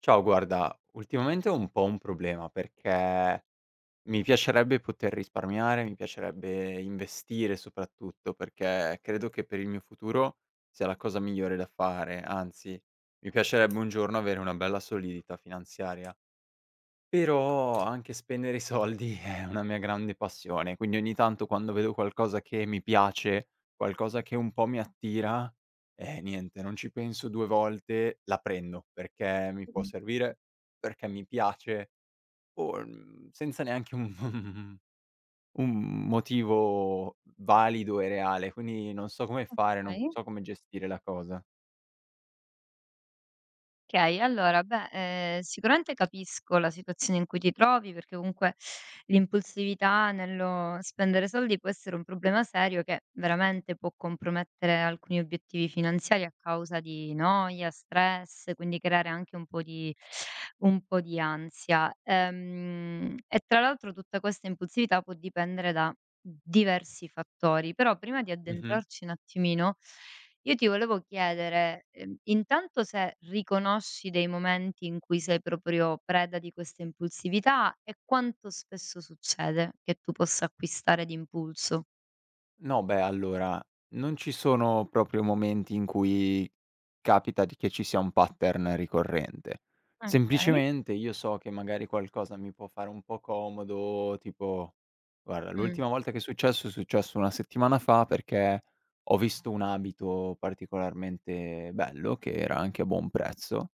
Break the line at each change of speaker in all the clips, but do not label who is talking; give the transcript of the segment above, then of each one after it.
Ciao, guarda, ultimamente ho un po' un problema perché mi piacerebbe poter risparmiare, mi piacerebbe investire soprattutto perché credo che per il mio futuro sia la cosa migliore da fare, anzi, mi piacerebbe un giorno avere una bella solidità finanziaria. Però anche spendere i soldi è una mia grande passione, quindi ogni tanto quando vedo qualcosa che mi piace, qualcosa che un po' mi attira, eh niente, non ci penso 2 volte, la prendo perché mi può
Mh,
servire, perché mi piace o, senza neanche un un motivo valido e reale, quindi non so come fare, non
okay,
so come gestire la cosa.
okay. Allora, beh, sicuramente capisco la situazione in cui ti trovi, perché comunque l'impulsività nello spendere soldi può essere un problema serio che veramente può compromettere alcuni obiettivi finanziari a causa di noia, stress, quindi creare anche un po' di ansia. E tra l'altro tutta questa impulsività può dipendere da diversi fattori, però prima di
Mh-mh.
addentrarci un attimino, io ti volevo chiedere, intanto se riconosci dei momenti in cui sei proprio preda di questa impulsività e quanto spesso succede che tu possa acquistare d'impulso?
No, beh, allora, non ci sono proprio momenti in cui capita di che ci sia un pattern ricorrente.
Okay.
Semplicemente io so che magari qualcosa mi può fare un po' comodo, tipo, guarda,
Mh.
l'ultima volta che è successo una settimana fa perché ho visto un abito particolarmente bello che era anche a buon prezzo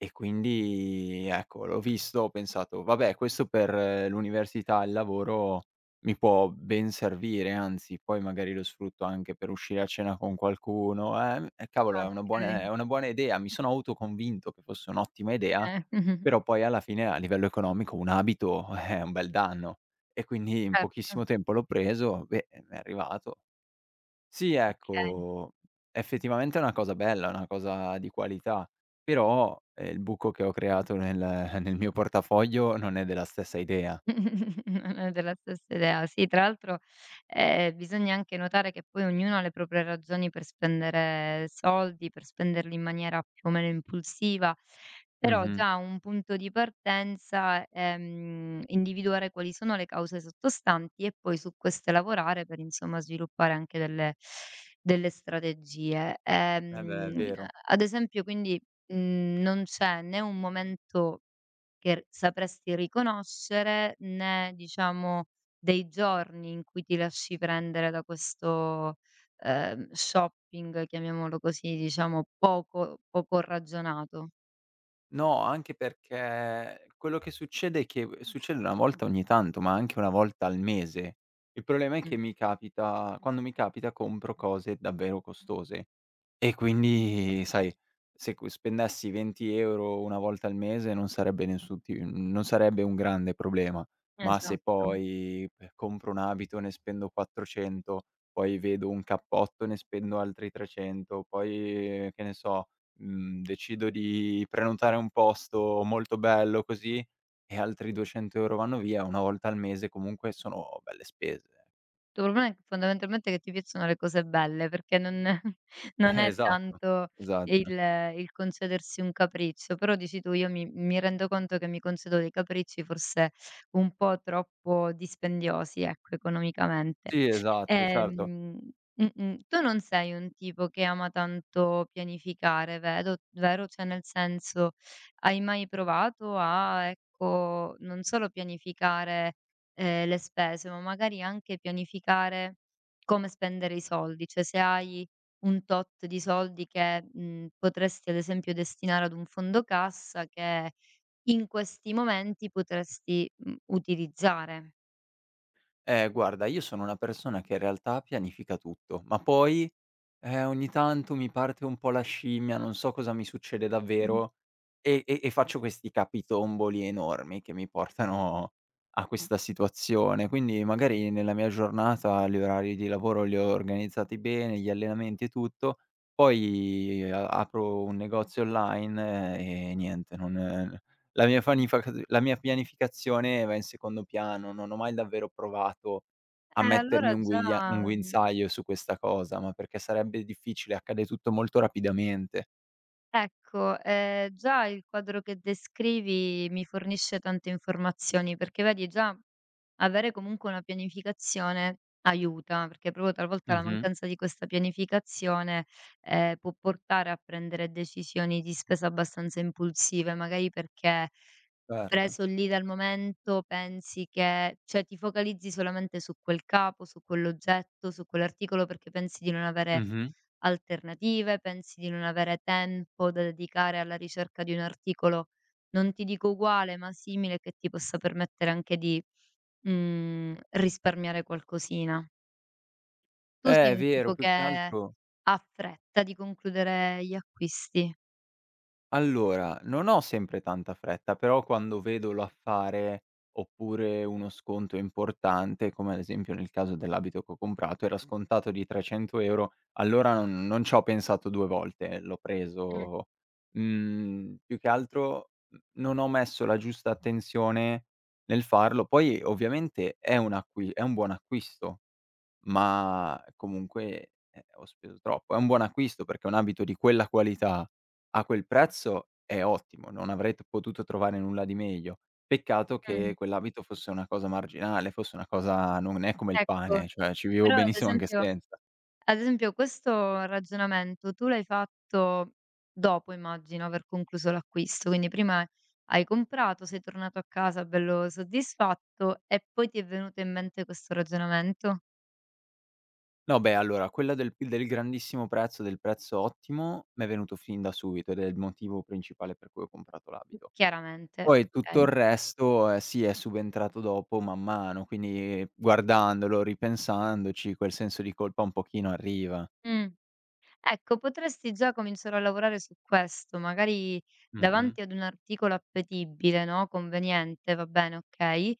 e quindi ecco, l'ho visto, ho pensato: "Vabbè, questo per l'università e il lavoro mi può ben servire, anzi poi magari lo sfrutto anche per uscire a cena con qualcuno, e cavolo
Ah, okay.
è una buona idea." Mi sono autoconvinto che fosse un'ottima idea,
Eh.
però poi alla fine a livello economico un abito è un bel danno. E quindi in
Certo,
pochissimo tempo l'ho preso, beh, mi è arrivato. Sì,
okay.
ecco, effettivamente è una cosa bella, è una cosa di qualità, però, il buco che ho creato nel nel mio portafoglio non è della stessa idea.
Non è della stessa idea. Sì, tra l'altro, bisogna anche notare che poi ognuno ha le proprie ragioni per spendere soldi, per spenderli in maniera più o meno impulsiva, però
Mh-mh.
già un punto di partenza è, individuare quali sono le cause sottostanti e poi su queste lavorare per, insomma, sviluppare anche delle delle strategie.
Eh beh, è
Ehm,
vero.
ad esempio quindi, non c'è né un momento che r sapresti riconoscere, né diciamo dei giorni in cui ti lasci prendere da questo, shopping, chiamiamolo così, diciamo poco poco ragionato.
No, anche perché quello che succede è che succede una volta ogni tanto, ma anche una volta al mese. Il problema è che
Mh,
mi capita quando mi capita compro cose davvero costose. E quindi sai, se cu spendessi 20 € una volta al mese non sarebbe nessun ti non sarebbe un grande problema, ma se
esatto.
poi, compro un abito ne spendo 400, poi vedo un cappotto ne spendo altri 300, poi che ne so, decido di prenotare un posto molto bello così e altri 200 € vanno via, una volta al mese comunque sono belle spese.
Tuo problema è che fondamentalmente che ti piacciono le cose belle, perché non non è
Esatto,
tanto il
esatto.
il concedersi un capriccio, però dici tu: "Io mi rendo conto che mi concedo dei capricci forse un po' troppo dispendiosi, ecco, economicamente".
Sì, esatto, certo.
Ehm tu non sei un tipo che ama tanto pianificare, vedo vero? Cioè nel senso, hai mai provato a, ecco, non solo pianificare le spese, ma magari anche pianificare come spendere i soldi, cioè se hai un tot di soldi che, potresti ad esempio destinare ad un fondo cassa che in questi momenti potresti, utilizzare.
Guarda, io sono una persona che in realtà pianifica tutto, ma poi, ogni tanto mi parte un po' la scimmia, non so cosa mi succede
Mh-mh.
davvero e faccio questi capitomboli enormi che mi portano a questa situazione. Quindi magari nella mia giornata gli orari di lavoro li ho organizzati bene, gli allenamenti e tutto, poi a apro un negozio online e niente, non la mia pianificazione va in secondo piano, non ho mai davvero provato a
Eh,
mettermi
allora già
un
mhmm,
guinzaglio su questa cosa, ma perché sarebbe difficile, accade tutto molto rapidamente.
ecco, già il quadro che descrivi mi fornisce tante informazioni, perché vedi già avere comunque una pianificazione aiuta, perché proprio talvolta la
Mh-mh.
mancanza di questa pianificazione, può portare a prendere decisioni di spesa abbastanza impulsive, magari perché
Certo.
preso lì dal momento pensi che cioè ti focalizzi solamente su quel capo, su quell'oggetto, su quell'articolo perché pensi di non avere
Mh-mh.
alternative, pensi di non avere tempo da dedicare alla ricerca di un articolo, non ti dico uguale, ma simile che ti possa permettere anche di, risparmiare qualcosina. Tu sei
È
un
vero,
tipo
più
che
che altro.
ha fretta di concludere gli acquisti.
Allora, non ho sempre tanta fretta, però quando vedo l'affare, oppure uno sconto importante, come ad esempio nel caso dell'abito che ho comprato, era scontato di 300 €, allora non c'ho pensato 2 volte, l'ho
Mh,
preso. Più che altro, non ho messo la giusta attenzione nel farlo. Poi ovviamente è un buon acquisto, ma comunque, ho speso troppo. È un buon acquisto perché un abito di quella qualità a quel prezzo è ottimo, non avrei t potuto trovare nulla di meglio. Peccato
mh,
che quell'abito fosse una cosa marginale, fosse una cosa non è come il
ecco.
pane, cioè ci vivevo
Però ad
benissimo anche
esempio
senza.
Ad esempio questo ragionamento tu l'hai fatto dopo immagino aver concluso l'acquisto, quindi prima hai comprato, sei tornato a casa bello soddisfatto e poi ti è venuto in mente questo ragionamento?
No, beh, allora quella del grandissimo prezzo, del prezzo ottimo, m'è venuto fin da subito ed è il motivo principale per cui ho comprato l'abito.
Chiaramente,
Poi tutto
okay.
il resto, sì, è subentrato dopo man mano, quindi guardandolo, ripensandoci, quel senso di colpa un pochino arriva.
Mh. Ecco, potresti già cominciare a lavorare su questo, magari
Mh-mh.
davanti ad un articolo appetibile, no, conveniente, va bene, okay,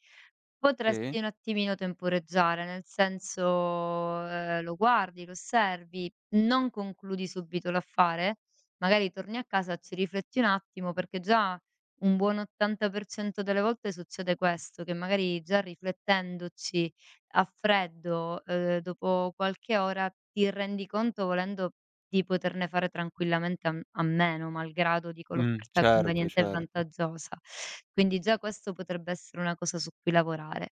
Sì?
potresti un attimino temporeggiare, nel senso, lo guardi, lo osservi, non concludi subito l'affare, magari torni a casa, ci rifletti un attimo, perché già un buon 80% delle volte succede questo, che magari già riflettendoci a freddo, dopo qualche ora ti rendi conto volendo di poterne fare tranquillamente a meno, malgrado dico l'offerta
Certo,
conveniente e
certo.
vantaggiosa. Quindi già questo potrebbe essere una cosa su cui lavorare.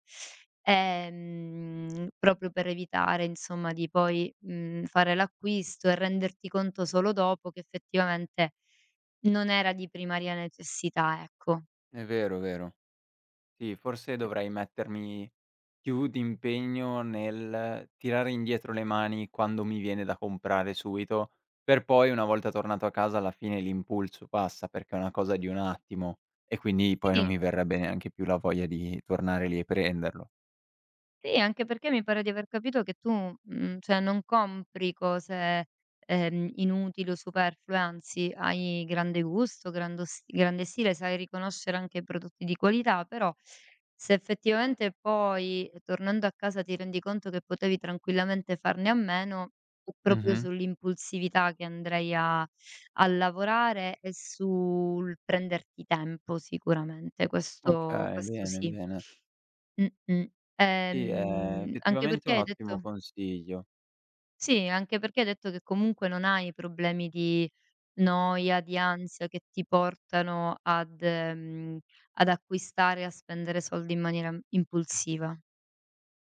Proprio per evitare insomma di poi, fare l'acquisto e renderti conto solo dopo che effettivamente non era di primaria necessità, ecco.
È vero, è vero. Sì, forse dovrei mettermi più d'impegno nel tirare indietro le mani quando mi viene da comprare subito, per poi una volta tornato a casa alla fine l'impulso passa, perché è una cosa di un attimo e quindi poi non
Sì.
mi verrebbe neanche più la voglia di tornare lì e prenderlo.
Sì, anche perché mi pare di aver capito che tu, cioè non compri cose, inutili o superflue, anzi hai grande gusto, grando s grande stile, sai riconoscere anche i prodotti di qualità, però se effettivamente poi, tornando a casa, ti rendi conto che potevi tranquillamente farne a meno, è proprio
Mh-mh.
sull'impulsività che andrei a lavorare e sul prenderti tempo sicuramente, questo
Okay,
questo
bene,
sì.
bene.
Mh-mh.
Sì, è
Anche
effettivamente
perché
un
hai
ottimo
detto
consiglio.
sì, anche perché hai detto che comunque non hai problemi di noia, di ansia che ti portano ad ad acquistare e a spendere soldi in maniera impulsiva.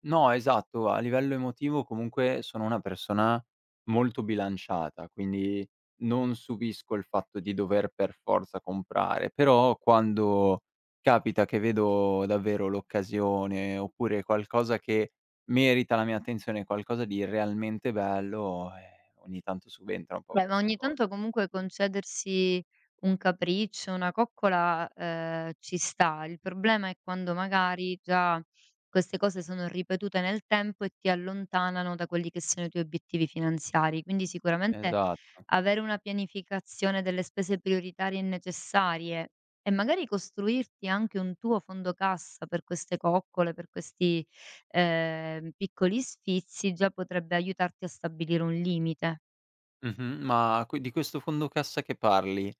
No, esatto, a livello emotivo comunque sono una persona molto bilanciata, quindi non subisco il fatto di dover per forza comprare, però quando capita che vedo davvero l'occasione, oppure qualcosa che merita la mia attenzione, qualcosa di realmente bello, ogni tanto subentra un po'
Beh, ma
questa
ogni
cosa.
tanto
Sì,
comunque concedersi un capriccio, una coccola, ci sta. Il problema è quando magari già queste cose sono ripetute nel tempo e ti allontanano da quelli che sono i tuoi obiettivi finanziari. Quindi sicuramente
esatto.
avere una pianificazione delle spese prioritarie e necessarie e magari costruirti anche un tuo fondo cassa per queste coccole, per questi, piccoli sfizi, già potrebbe aiutarti a stabilire un limite.
Mh-mh. Ma que di questo fondo cassa che parli,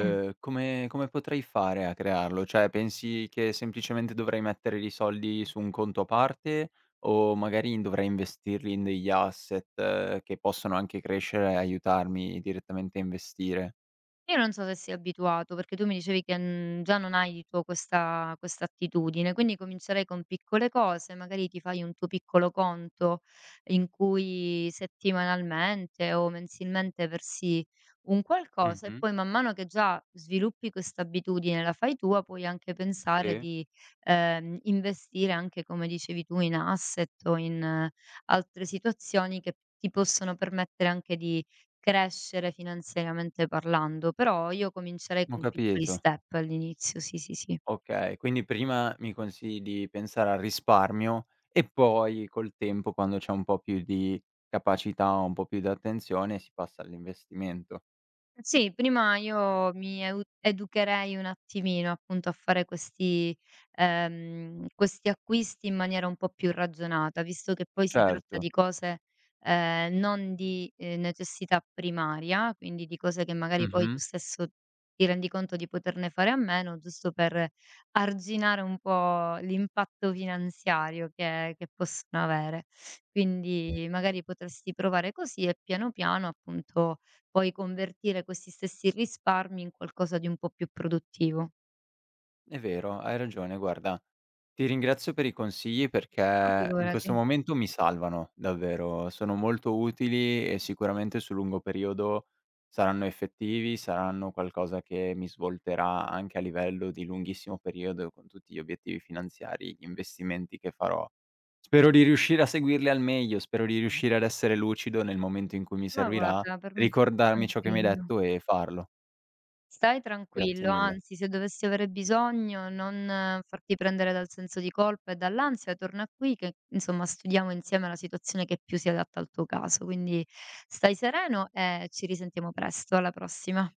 Mm.
come potrei fare a crearlo? Cioè, pensi che semplicemente dovrei mettere i soldi su un conto a parte o magari in dovrei investirli in degli asset che possono anche crescere e aiutarmi direttamente a investire?
Io non so se sei abituato, perché tu mi dicevi che, già non hai di tuo questa attitudine, quindi comincerei con piccole cose, magari ti fai un tuo piccolo conto in cui settimanalmente o mensilmente versi un qualcosa e
Mh-mh.
poi man mano che già sviluppi quest'abitudine, la fai tua, puoi anche pensare
Sì.
di, investire anche, come dicevi tu, in asset o in altre situazioni che ti possono permettere anche di crescere finanziariamente parlando, però io comincerei
Ho
con piccoli
capito.
step all'inizio, sì, sì, sì.
Okay, quindi prima mi consigli di pensare al risparmio e poi col tempo, quando c'è un po' più di capacità, un po' più di attenzione, si passa all'investimento.
Sì, prima io mi eu educherei un attimino appunto a fare questi questi acquisti in maniera un po' più ragionata, visto che poi si tratta
Certo.
di cose, non di, necessità primaria, quindi di cose che magari poi tu
Mh-mh.
stesso ti rendi conto di poterne fare a meno, giusto per arginare un po' l'impatto finanziario che possono avere. Quindi magari potresti provare così e piano piano appunto puoi convertire questi stessi risparmi in qualcosa di un po' più produttivo.
È vero, hai ragione. Guarda, ti ringrazio per i consigli
Ma
perché in questo
figurati.
momento mi salvano davvero. Sono molto utili e sicuramente sul lungo periodo saranno effettivi, saranno qualcosa che mi svolterà anche a livello di lunghissimo periodo con tutti gli obiettivi finanziari, gli investimenti che farò. Spero di riuscire a seguirli al meglio, spero di riuscire ad essere lucido nel momento in cui mi
Ma
servirà,
guarda, per me
ricordarmi ciò che mi hai
tranquillo.
detto e farlo.
Stai
Grazie
tranquillo,
mille.
anzi se dovessi avere bisogno non farti prendere dal senso di colpa e dall'ansia, torna qui che insomma studiamo insieme la situazione che più si adatta al tuo caso. Quindi stai sereno e ci risentiamo presto, alla prossima.